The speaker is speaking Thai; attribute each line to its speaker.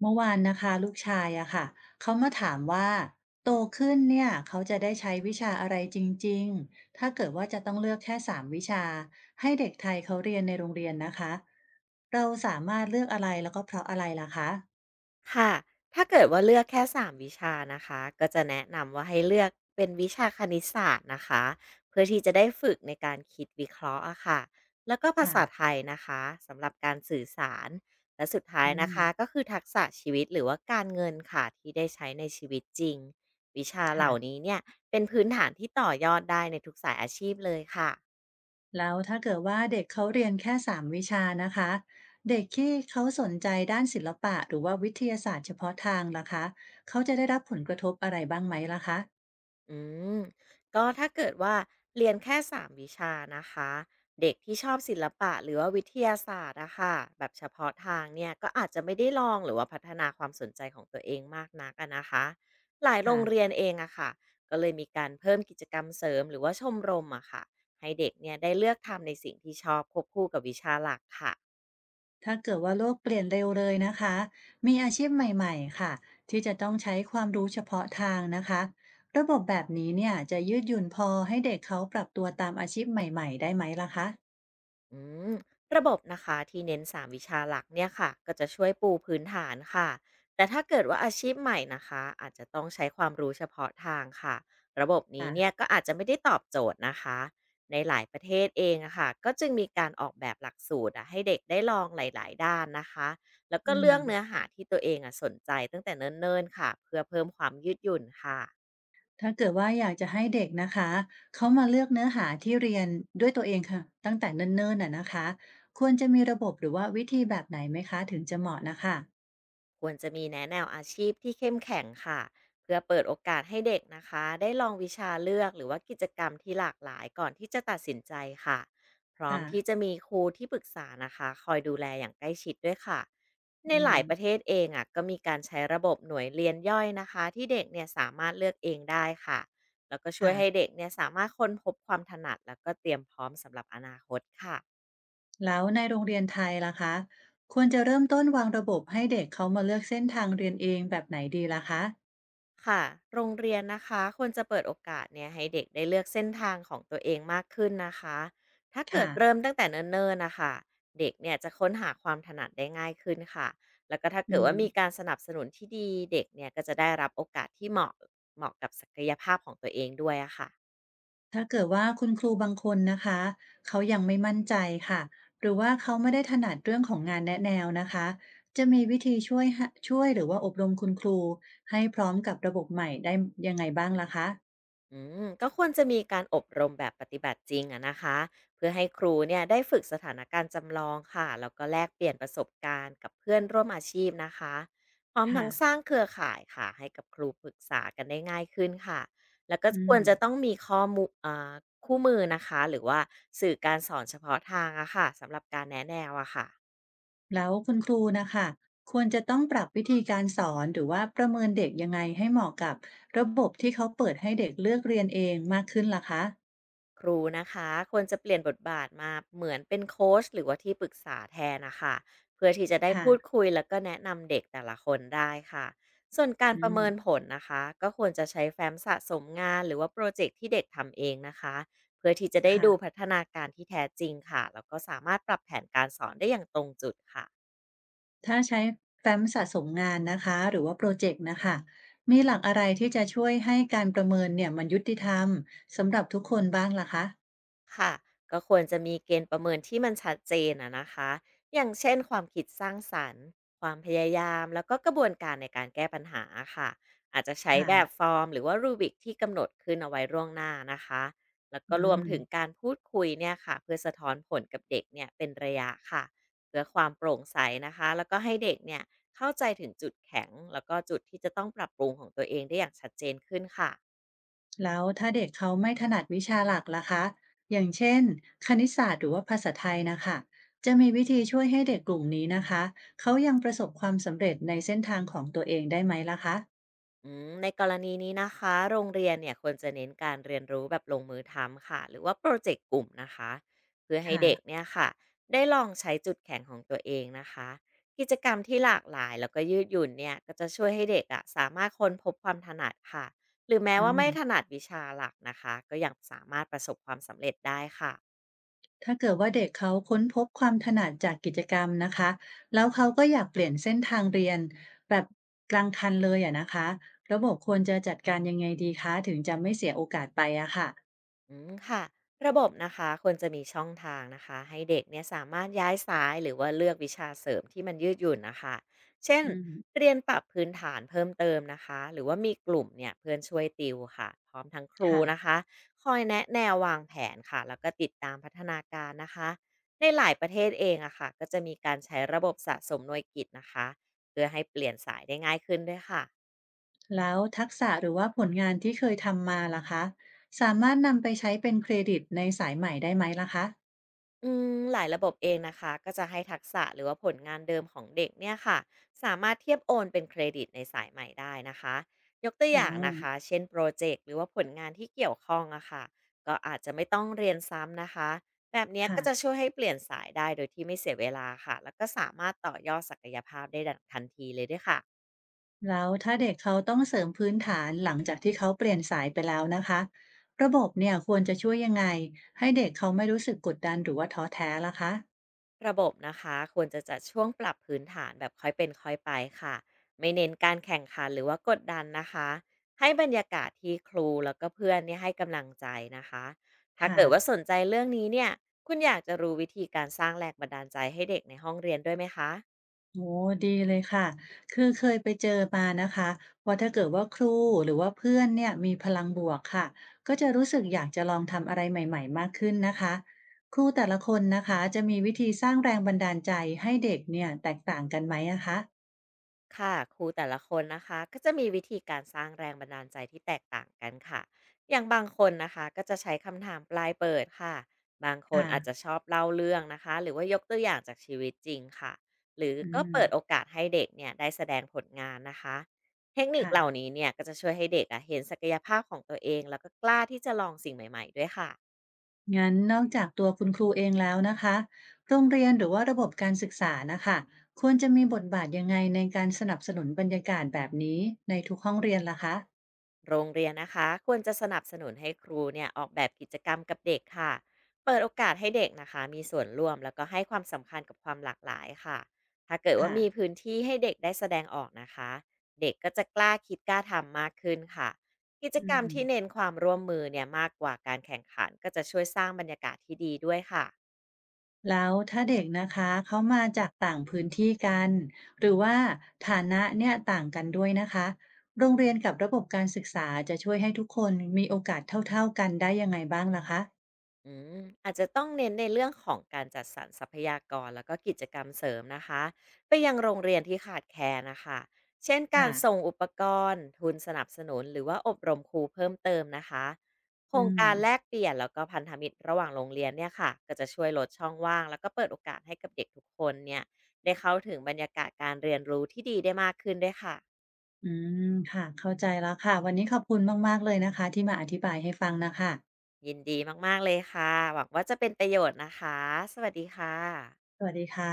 Speaker 1: เมื่อวานนะคะลูกชายอะค่ะเขามาถามว่าโตขึ้นเนี่ยเขาจะได้ใช้วิชาอะไรจริงๆถ้าเกิดว่าจะต้องเลือกแค่สามวิชาให้เด็กไทยเขาเรียนในโรงเรียนนะคะเราสามารถเลือกอะไรแล้วก็เพราะอะไรล่ะคะ
Speaker 2: ค่ะ ถ้าเกิดว่าเลือกแค่3วิชานะคะ ก็จะแนะนำว่าให้เลือกเป็นวิชาคณิตศาสตร์นะคะ เพื่อที่จะได้ฝึกในการคิดวิเคราะห์อะค่ะ แล้วก็ภาษาไท
Speaker 1: ค่ะ
Speaker 2: ยนะคะสำหรับการสื่อสาร และสุดท้าย
Speaker 1: อื
Speaker 2: นะคะก็
Speaker 1: ม
Speaker 2: คือทักษะชีวิตหรือว่าการเงินค่ะที่ได้ใช้ในชีวิตจริง วิชาเหล่า
Speaker 1: ค่ะ
Speaker 2: นี้เนี่ยเป็นพื้นฐานที่ต่อยอดได้ในทุกสายอาชีพเลยค่ะ
Speaker 1: แล้วถ้าเกิดว่าเด็กเขาเรียนแค่สามวิชานะคะเด็กที่เขาสนใจด้านศิลปะหรือว่าวิทยาศาสตร์เฉพาะทางล่ะคะเขาจะได้รับผลกระทบอะไรบ้างไหมล่ะคะ
Speaker 2: อืมก็ถ้าเกิดว่าเรียนแค่สามวิชานะคะเด็กที่ชอบศิลปะหรือว่าวิทยาศาสตร์อะค่ะแบบเฉพาะทางเนี่ยก็อาจจะไม่ได้ลองหรือว่าพัฒนาความสนใจของตัวเองมากนักอะนะคะหลายโรงเรีย
Speaker 1: ค่ะ
Speaker 2: นเองอะค่ะก็เลยมีการเพิ่มกิจกรรมเสริมหรือว่าชมรมอะค่ะให้เด็กเนี่ยได้เลือกทำในสิ่งที่ชอบควบคู่กับวิชาหลักค่ะ
Speaker 1: ถ้าเกิดว่าโลกเปลี่ยนเร็วเลยนะคะมีอาชีพใหม่ๆค่ะที่จะต้องใช้ความรู้เฉพาะทางนะคะระบบแบบนี้เนี่ยจะยืดหยุ่นพอให้เด็กเขาปรับตัวตามอาชีพใหม่ๆได้ไหมล่ะคะ
Speaker 2: อืมระบบนะคะที่เน้นสามวิชาหลักเนี่ยค่ะก็จะช่วยปูพื้นฐานค่ะแต่ถ้าเกิดว่าอาชีพใหม่นะคะอาจจะต้องใช้ความรู้เฉพาะทางค่ะระบบนี้เนี่ย
Speaker 1: ค่ะ
Speaker 2: ก็อาจจะไม่ได้ตอบโจทย์นะคะในหลายประเทศเองอะค่ะก็จึงมีการออกแบบหลักสูตรอะให้เด็กได้ลองหลายๆด้านนะคะแล้ว
Speaker 1: อื
Speaker 2: ก็เลื
Speaker 1: ม
Speaker 2: อกเนื้อหาที่ตัวเองอะสนใจตั้งแต่เนิ่นๆค่ะเพื่อเพิ่มความยืดหยุ่นค่ะ
Speaker 1: ถ้าเกิดว่าอยากจะให้เด็กนะคะเขามาเลือกเนื้อหาที่เรียนด้วยตัวเองค่ะตั้งแต่เนิ่นๆน่ะนะคะควรจะมีระบบหรือว่าวิธีแบบไหนไหมคะถึงจะเหมาะนะคะ
Speaker 2: ควรจะมีแนะแนวอาชีพที่เข้มแข็งค่ะเพื่อเปิดโอกาสให้เด็กนะคะได้ลองวิชาเลือกหรือว่ากิจกรรมที่หลากหลายก่อนที่จะตัดสินใจค่ะพร้อม
Speaker 1: ค่ะ
Speaker 2: ที่จะมีครูที่ปรึกษานะคะคอยดูแลอย่างใกล้ชิดด้วยค่ะใน
Speaker 1: อื
Speaker 2: ห
Speaker 1: ม
Speaker 2: ลายประเทศเองอ่ะก็มีการใช้ระบบหน่วยเรียนย่อยนะคะที่เด็กเนี่ยสามารถเลือกเองได้ค่ะแล้วก็ช่วย
Speaker 1: ค่ะ
Speaker 2: ให้เด็กเนี่ยสามารถค้นพบความถนัดแล้วก็เตรียมพร้อมสำหรับอนาคตค่ะ
Speaker 1: แล้วในโรงเรียนไทยล่ะคะควรจะเริ่มต้นวางระบบให้เด็กเขามาเลือกเส้นทางเรียนเองแบบไหนดีล่ะคะ
Speaker 2: ค่ะโรงเรียนนะคะควรจะเปิดโอกาสเนี่ยให้เด็กได้เลือกเส้นทางของตัวเองมากขึ้นนะคะถ้าเกิด
Speaker 1: ค่ะ
Speaker 2: เริ่มตั้งแต่เนิ่นๆนะคะเด็กเนี่ยจะค้นหาความถนัดได้ง่ายขึ้นค่ะแล้วก็ถ้า
Speaker 1: อื
Speaker 2: เกิด
Speaker 1: ม
Speaker 2: ว่ามีการสนับสนุนที่ดีเด็กเนี่ยก็จะได้รับโอกาสที่เหมาะกับศักยภาพของตัวเองด้วยอะค่ะ
Speaker 1: ถ้าเกิดว่าคุณครูบางคนนะคะเขายังไม่มั่นใจค่ะหรือว่าเขาไม่ได้ถนัดเรื่องของงานแนะแนวนะคะจะมีวิธีช่วยหรือว่าอบรมคุณครูให้พร้อมกับระบบใหม่ได้ยังไงบ้างล่ะคะ
Speaker 2: อืมก็ควรจะมีการอบรมแบบปฏิบัติจริงอะนะคะเพื่อให้ครูเนี่ยได้ฝึกสถานการณ์จำลองค่ะแล้วก็แลกเปลี่ยนประสบการณ์กับเพื่อนร่วมอาชีพนะคะพร้อม
Speaker 1: ค่ะ
Speaker 2: ทั้งสร้างเครือข่ายค่ะให้กับครูปรึกษากันได้ง่ายขึ้นค่ะแล้วก็
Speaker 1: อื
Speaker 2: ควร
Speaker 1: ม
Speaker 2: จะต้องมีข้อมูลคู่มือนะคะหรือว่าสื่อการสอนเฉพาะทางอะค่ะสำหรับการแนะแนวอะค่ะ
Speaker 1: แล้วคุณครูนะคะควรจะต้องปรับวิธีการสอนหรือว่าประเมินเด็กยังไงให้เหมาะกับระบบที่เขาเปิดให้เด็กเลือกเรียนเองมากขึ้นล่ะคะ
Speaker 2: ครูนะคะควรจะเปลี่ยนบทบาทมาเหมือนเป็นโค้ชหรือว่าที่ปรึกษาแทนนะคะเพื่อที่จะได้
Speaker 1: ค่ะ
Speaker 2: พูดคุยแล้วก็แนะนำเด็กแต่ละคนได้ค่ะส่วนการ
Speaker 1: อื
Speaker 2: ประ
Speaker 1: ม
Speaker 2: เมินผลนะคะก็ควรจะใช้แฟ้มสะสมงานหรือว่าโปรเจกต์ที่เด็กทำเองนะคะเพื่อที่จะได้
Speaker 1: ค่ะ
Speaker 2: ดูพัฒนาการที่แท้จริงค่ะแล้วก็สามารถปรับแผนการสอนได้อย่างตรงจุดค่ะ
Speaker 1: ถ้าใช้แฟ้มสะสมงานนะคะหรือว่าโปรเจกต์นะคะมีหลักอะไรที่จะช่วยให้การประเมินเนี่ยมันยุติธรรมสำหรับทุกคนบ้างล่ะคะ
Speaker 2: ค่ะก็ควรจะมีเกณฑ์ประเมินที่มันชัดเจนอะนะคะอย่างเช่นความคิดสร้างสรรค์ความพยายามแล้วก็กระบวนการในการแก้ปัญหาค่ะอาจจะใช้
Speaker 1: ค่ะ
Speaker 2: แบบฟอร์มหรือว่ารูบิกที่กำหนดขึ้นเอาไว้ล่วงหน้านะคะแล้วก็
Speaker 1: อื
Speaker 2: รวมถึง
Speaker 1: ม
Speaker 2: การพูดคุยเนี่ยค่ะเพื่อสะท้อนผลกับเด็กเนี่ยเป็นระยะค่ะเพื่อความโปร่งใสนะคะแล้วก็ให้เด็กเนี่ยเข้าใจถึงจุดแข็งแล้วก็จุดที่จะต้องปรับปรุงของตัวเองได้อย่างชัดเจนขึ้นค่ะ
Speaker 1: แล้วถ้าเด็กเขาไม่ถนัดวิชาหลักล่ะคะอย่างเช่นคณิตศาสตร์หรือว่าภาษาไทยนะคะจะมีวิธีช่วยให้เด็กกลุ่มนี้นะคะเขายังประสบความสำเร็จในเส้นทางของตัวเองได้ไหมล่ะคะ
Speaker 2: อืมในกรณีนี้นะคะโรงเรียนเนี่ยควรจะเน้นการเรียนรู้แบบลงมือทำค่ะหรือว่าโปรเจกต์กลุ่มนะคะเพื่อให้
Speaker 1: ค่ะ
Speaker 2: เด็กเนี่ยค่ะได้ลองใช้จุดแข็งของตัวเองนะคะกิจกรรมที่หลากหลายแล้วก็ยืดหยุ่นเนี่ยก็จะช่วยให้เด็กอะสามารถค้นพบความถนัดค่ะหรือแม้
Speaker 1: อื
Speaker 2: ว่า
Speaker 1: ม
Speaker 2: ไม่ถนัดวิชาหลักนะคะก็ยังสามารถประสบความสำเร็จได้ค่ะ
Speaker 1: ถ้าเกิดว่าเด็กเขาค้นพบความถนัดจากกิจกรรมนะคะแล้วเขาก็อยากเปลี่ยนเส้นทางเรียนแบบกลางคันเลยอะนะคะระบบควรจะจัดการยังไงดีคะถึงจะไม่เสียโอกาสไปอะค่ะ
Speaker 2: อืมค่ะระบบนะคะควรจะมีช่องทางนะคะให้เด็กเนี่ยสามารถย้ายสายหรือว่าเลือกวิชาเสริมที่มันยืดหยุ่นนะคะเช่น
Speaker 1: อืม
Speaker 2: เรียนปรับพื้นฐานเพิ่มเติมนะคะหรือว่ามีกลุ่มเนี่ยเพื่อนช่วยติวค่ะพร้อมทั้งครูนะ
Speaker 1: ค่ะ
Speaker 2: คะคอยแนะแนววางแผนค่ะแล้วก็ติดตามพัฒนาการนะคะในหลายประเทศเองอะค่ะก็จะมีการใช้ระบบสะสมหน่วยกิตนะคะเพื่อให้เปลี่ยนสายได้ง่ายขึ้นด้วยค่ะ
Speaker 1: แล้วทักษะหรือว่าผลงานที่เคยทำมาล่ะคะสามารถนำไปใช้เป็นเครดิตในสายใหม่ได้ไหมล่ะคะ
Speaker 2: อืมหลายระบบเองนะคะก็จะให้ทักษะหรือว่าผลงานเดิมของเด็กเนี่ยค่ะสามารถเทียบโอนเป็นเครดิตในสายใหม่ได้นะคะยกตัว
Speaker 1: อ๋
Speaker 2: อ
Speaker 1: อ
Speaker 2: ย่างนะคะเช่นโปรเจกต์หรือว่าผลงานที่เกี่ยวข้องอะค่ะก็อาจจะไม่ต้องเรียนซ้ำนะคะแบบเนี้ย
Speaker 1: ค่ะ
Speaker 2: ก็จะช่วยให้เปลี่ยนสายได้โดยที่ไม่เสียเวลาค่ะแล้วก็สามารถต่อยอดศักยภาพได้ดังทันทีเลยด้วยค่ะ
Speaker 1: แล้วถ้าเด็กเขาต้องเสริมพื้นฐานหลังจากที่เขาเปลี่ยนสายไปแล้วนะคะระบบเนี่ยควรจะช่วยยังไงให้เด็กเขาไม่รู้สึกกดดันหรือว่าท้อแท้ล่ะคะ
Speaker 2: ระบบนะคะควรจะจัดช่วงปรับพื้นฐานแบบค่อยเป็นค่อยไปค่ะไม่เน้นการแข่งขันหรือว่ากดดันนะคะให้บรรยากาศที่ครูแล้วก็เพื่อนเนี่ยให้กำลังใจนะคะถ้า
Speaker 1: ค่ะ
Speaker 2: เกิดว่าสนใจเรื่องนี้เนี่ยคุณอยากจะรู้วิธีการสร้างแรงบันดาลใจให้เด็กในห้องเรียนด้วยไหมคะ
Speaker 1: โอ้ดีเลยค่ะคือเคยไปเจอมานะคะว่าถ้าเกิดว่าครูหรือว่าเพื่อนเนี่ยมีพลังบวกค่ะก็จะรู้สึกอยากจะลองทำอะไรใหม่ๆมากขึ้นนะคะครูแต่ละคนนะคะจะมีวิธีสร้างแรงบันดาลใจให้เด็กเนี่ยแตกต่างกันไหมอะคะ
Speaker 2: ค่ะครูแต่ละคนนะคะก็จะมีวิธีการสร้างแรงบันดาลใจที่แตกต่างกันค่ะอย่างบางคนนะคะก็จะใช้คำถามปลายเปิดค่ะบางคนอาจจะ
Speaker 1: ค่ะ
Speaker 2: ชอบเล่าเรื่องนะคะหรือว่ายกตัวอย่างจากชีวิตจริงค่ะหรือ
Speaker 1: อื
Speaker 2: ก็
Speaker 1: ม
Speaker 2: เปิดโอกาสให้เด็กเนี่ยได้แสดงผลงานนะคะเทคนิค
Speaker 1: ค่ะ
Speaker 2: เหล่านี้เนี่ยก็จะช่วยให้เด็กอะเห็นศักยภาพของตัวเองแล้วก็กล้าที่จะลองสิ่งใหม่ๆด้วยค่ะ
Speaker 1: งั้นนอกจากตัวคุณครูเองแล้วนะคะโรงเรียนหรือว่าระบบการศึกษานะคะควรจะมีบทบาทยังไงในการสนับสนุนบรรยากาศแบบนี้ในทุกห้องเรียนล่ะคะ
Speaker 2: โรงเรียนนะคะควรจะสนับสนุนให้ครูเนี่ยออกแบบกิจกรรมกับเด็กค่ะเปิดโอกาสให้เด็กนะคะมีส่วนร่วมแล้วก็ให้ความสำคัญกับความหลากหลายค่ะถ้าเกิดว่า
Speaker 1: ค่ะ
Speaker 2: มีพื้นที่ให้เด็กได้แสดงออกนะคะเด็กก็จะกล้าคิดกล้าทำมากขึ้นค่ะกิจ
Speaker 1: อื
Speaker 2: กรรมที่เน้น
Speaker 1: ม
Speaker 2: ความร่วมมือเนี่ยมากกว่าการแข่งขันก็จะช่วยสร้างบรรยากาศที่ดีด้วยค่ะ
Speaker 1: แล้วถ้าเด็กนะคะเขามาจากต่างพื้นที่กันหรือว่าฐานะเนี่ยต่างกันด้วยนะคะโรงเรียนกับระบบการศึกษาจะช่วยให้ทุกคนมีโอกาสเท่าๆกันได้ยังไงบ้างล่ะคะ
Speaker 2: อืมอาจจะต้องเน้นในเรื่องของการจัดสรรทรัพยากรแล้วก็กิจกรรมเสริมนะคะไปยังโรงเรียนที่ขาดแคลนนะคะเช่นกา
Speaker 1: ค่ะ
Speaker 2: รส่งอุปกรณ์ทุนสนับสนุนหรือว่าอบรมครูเพิ่มเติมนะคะโคร
Speaker 1: อื
Speaker 2: ง
Speaker 1: ม
Speaker 2: การแลกเปลี่ยนแล้วก็พันธมิตรระหว่างโรงเรียนเนี่ยค่ะก็จะช่วยลดช่องว่างแล้วก็เปิดโอกาสให้กับเด็กทุกคนเนี่ยได้เข้าถึงบรรยากาศการเรียนรู้ที่ดีได้มากขึ้นด้วยค่ะ
Speaker 1: อืมค่ะเข้าใจแล้วค่ะวันนี้ขอบคุณมากๆเลยนะคะที่มาอธิบายให้ฟังนะค่ะ
Speaker 2: ยินดีมากๆเลยค่ะหวังว่าจะเป็นประโยชน์นะคะสวัสดีค่ะ
Speaker 1: สวัสดีค่ะ